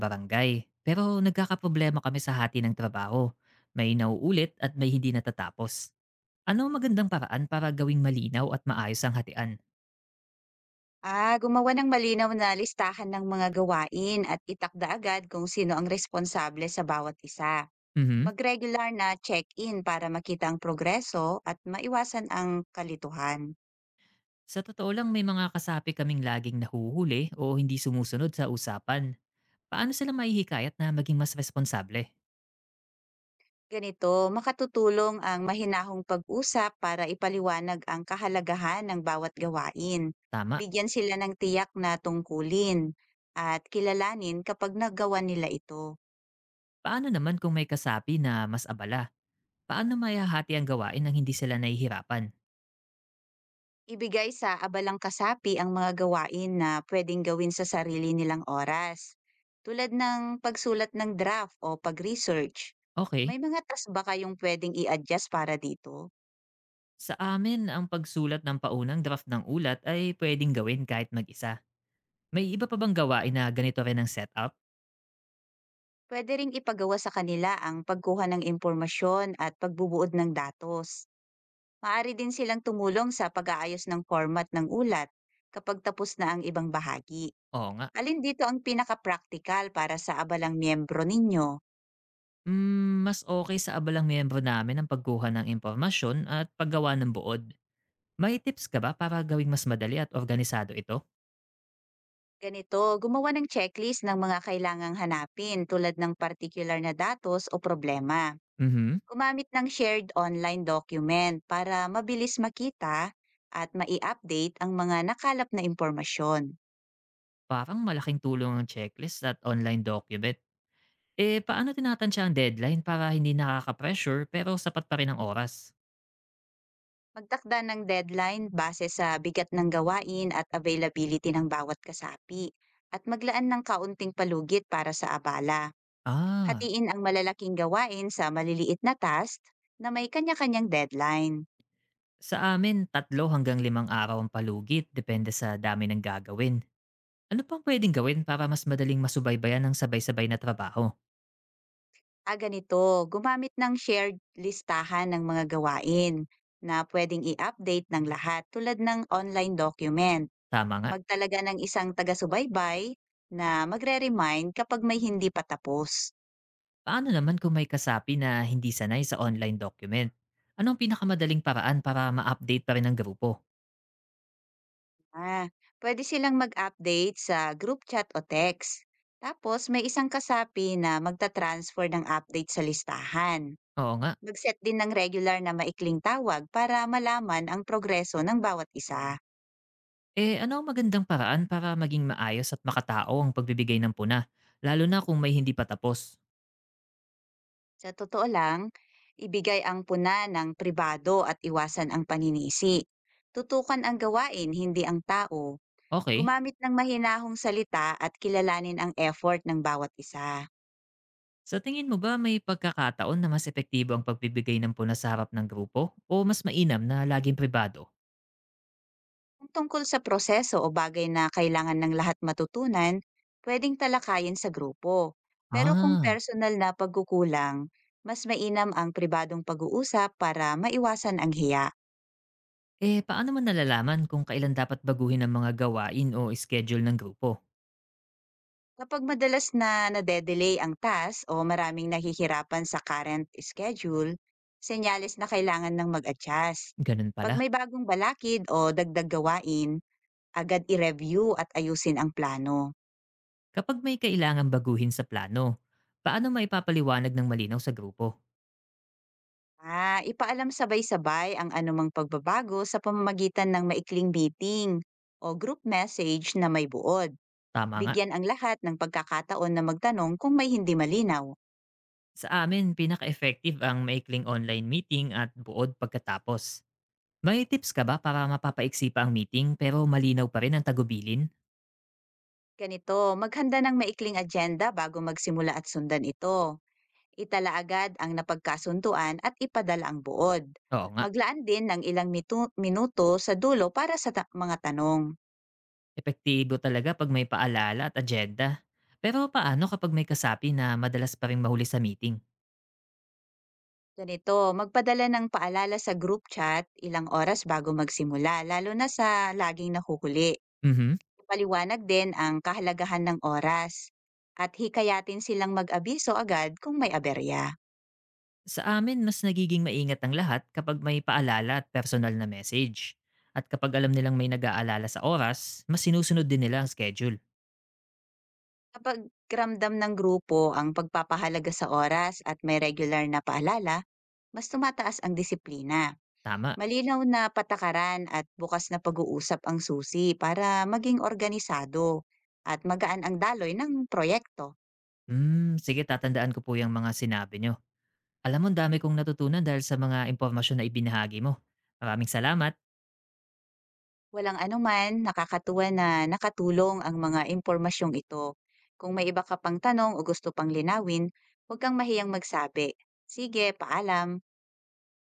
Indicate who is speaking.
Speaker 1: Barangay. Pero nagkakaproblema kami sa hati ng trabaho. May nauulit at may hindi natatapos. Ano ang magandang paraan para gawing malinaw at maayos ang hatian?
Speaker 2: Gumawa ng malinaw na listahan ng mga gawain at itakda agad kung sino ang responsable sa bawat isa.
Speaker 1: Mhm.
Speaker 2: Mag-regular na check-in para makita ang progreso at maiwasan ang kalituhan.
Speaker 1: Sa totoo lang may mga kasapi kaming laging nahuhuli o hindi sumusunod sa usapan. Paano sila maihikayat na maging mas responsable?
Speaker 2: Ganito, makatutulong ang mahinahong pag-usap para ipaliwanag ang kahalagahan ng bawat gawain.
Speaker 1: Tama.
Speaker 2: Bigyan sila ng tiyak na tungkulin at kilalanin kapag nagawa nila ito.
Speaker 1: Paano naman kung may kasapi na mas abala? Paano mayahati ang gawain nang hindi sila nahihirapan?
Speaker 2: Ibigay sa abalang kasapi ang mga gawain na pwedeng gawin sa sarili nilang oras, tulad ng pagsulat ng draft o pag-research.
Speaker 1: Okay.
Speaker 2: May mga task ba kayong pwedeng i-adjust para dito?
Speaker 1: Sa amin, ang pagsulat ng paunang draft ng ulat ay pwedeng gawin kahit mag-isa. May iba pa bang gawain na ganito rin ang setup?
Speaker 2: Pwede ring ipagawa sa kanila ang pagkuha ng impormasyon at pagbubuod ng datos. Maaari din silang tumulong sa pag-aayos ng format ng ulat kapag tapos na ang ibang bahagi.
Speaker 1: Oo nga.
Speaker 2: Alin dito ang pinaka-practical para sa abalang miyembro ninyo?
Speaker 1: Mas okay sa abalang miyembro namin ang pagkuha ng impormasyon at paggawa ng buod. May tips ka ba para gawing mas madali at organisado ito?
Speaker 2: Ganito, gumawa ng checklist ng mga kailangang hanapin tulad ng particular na datos o problema.
Speaker 1: Mhm.
Speaker 2: Gumamit ng shared online document para mabilis makita at mai-update ang mga nakalap na impormasyon.
Speaker 1: Parang malaking tulong ang checklist at online document. Eh, paano tinatansya ang deadline para hindi nakaka-pressure pero sapat pa rin ang oras?
Speaker 2: Magtakda ng deadline base sa bigat ng gawain at availability ng bawat kasapi, at maglaan ng kaunting palugit para sa abala.
Speaker 1: Ah,
Speaker 2: Hatiin ang malalaking gawain sa maliliit na task na may kanya-kanyang deadline.
Speaker 1: sa amin, 3 hanggang 5 araw ang palugit depende sa dami ng gagawin. Ano pang pwedeng gawin para mas madaling masubaybayan ng sabay-sabay na trabaho?
Speaker 2: Ganito. Gumamit ng shared listahan ng mga gawain na pwedeng i-update ng lahat, tulad ng online document.
Speaker 1: Tama nga.
Speaker 2: Magtalaga ng isang taga-subaybay na magre-remind kapag may hindi pa tapos.
Speaker 1: Paano naman kung may kasapi na hindi sanay sa online document? Anong pinakamadaling paraan para ma-update pa rin ang grupo?
Speaker 2: Ah, Pwede silang mag-update sa group chat o text. Tapos, may isang kasapi na magta-transfer ng update sa listahan.
Speaker 1: Oo nga.
Speaker 2: Mag-set din ng regular na maikling tawag para malaman ang progreso ng bawat isa.
Speaker 1: Eh ano ang magandang paraan para maging maayos at makatao ang pagbibigay ng puna? Lalo na kung may hindi pa tapos.
Speaker 2: Sa totoo lang, ibigay ang puna ng pribado at iwasan ang paninisi. Tutukan ang gawain, hindi ang tao.
Speaker 1: Okay.
Speaker 2: Gumamit ng mahinahong salita at kilalanin ang effort ng bawat isa.
Speaker 1: Sa tingin mo ba may pagkakataon na mas epektibo ang pagbibigay ng puna sa harap ng grupo? O mas mainam na laging pribado?
Speaker 2: Kung tungkol sa proseso o bagay na kailangan ng lahat matutunan, pwedeng talakayin sa grupo. Pero kung
Speaker 1: Ah.
Speaker 2: personal na pagkukulang, mas mainam ang pribadong pag-uusap para maiwasan ang hiya.
Speaker 1: Eh paano man nalalaman kung kailan dapat baguhin ang mga gawain o schedule ng grupo?
Speaker 2: Kapag madalas na nade-delay ang task o maraming nahihirapan sa current schedule, senyales na kailangan ng mag-adjust.
Speaker 1: Ganun
Speaker 2: Pag
Speaker 1: pala.
Speaker 2: may bagong balakid o dagdag gawain, agad i-review at ayusin ang plano.
Speaker 1: Kapag may kailangan baguhin sa plano, paano maipapaliwanag ng malinaw sa grupo?
Speaker 2: Ipaalam sabay-sabay ang anumang pagbabago sa pamamagitan ng maikling meeting o group message na may buod.
Speaker 1: Tama nga.
Speaker 2: Bigyan ang lahat ng pagkakataon na magtanong kung may hindi malinaw.
Speaker 1: Sa amin, pinaka-effective ang maikling online meeting at buod pagkatapos. May tips ka ba para mapapaiksi pa ang meeting pero malinaw pa rin ang tagubilin?
Speaker 2: Ganito, maghanda ng maikling agenda bago magsimula at sundan ito. Itala agad ang napagkasunduan at ipadala ang buod.
Speaker 1: Oo nga,
Speaker 2: Maglaan din ng ilang minuto sa dulo para sa mga tanong.
Speaker 1: epektibo talaga pag may paalala at agenda. Pero paano kapag may kasapi na madalas pa rin mahuli sa meeting?
Speaker 2: Ganito, magpadala ng paalala sa group chat ilang oras bago magsimula, lalo na sa laging nahuhuli.
Speaker 1: Mhm.
Speaker 2: Paliwanag din ang kahalagahan ng oras at hikayatin silang mag-abiso agad kung may aberya.
Speaker 1: Sa amin, mas nagiging maingat ang lahat kapag may paalala at personal na message. At kapag alam nilang may nag-aalala sa oras, mas sinusunod din nila ang schedule.
Speaker 2: Kapag ramdam ng grupo ang pagpapahalaga sa oras at may regular na paalala, mas tumataas ang disiplina.
Speaker 1: Tama.
Speaker 2: Malinaw na patakaran at bukas na pag-uusap ang susi para maging organisado at magaan ang daloy ng proyekto.
Speaker 1: Hmm, sige tatandaan ko po yung mga sinabi nyo. Alam mo, ang dami kong natutunan dahil sa mga impormasyon na ibinahagi mo. Maraming salamat.
Speaker 2: Walang anuman, nakakatuwa na nakatulong ang mga impormasyong ito. Kung may iba ka pang tanong o gusto pang linawin, huwag kang mahiyang magsabi. Sige, paalam.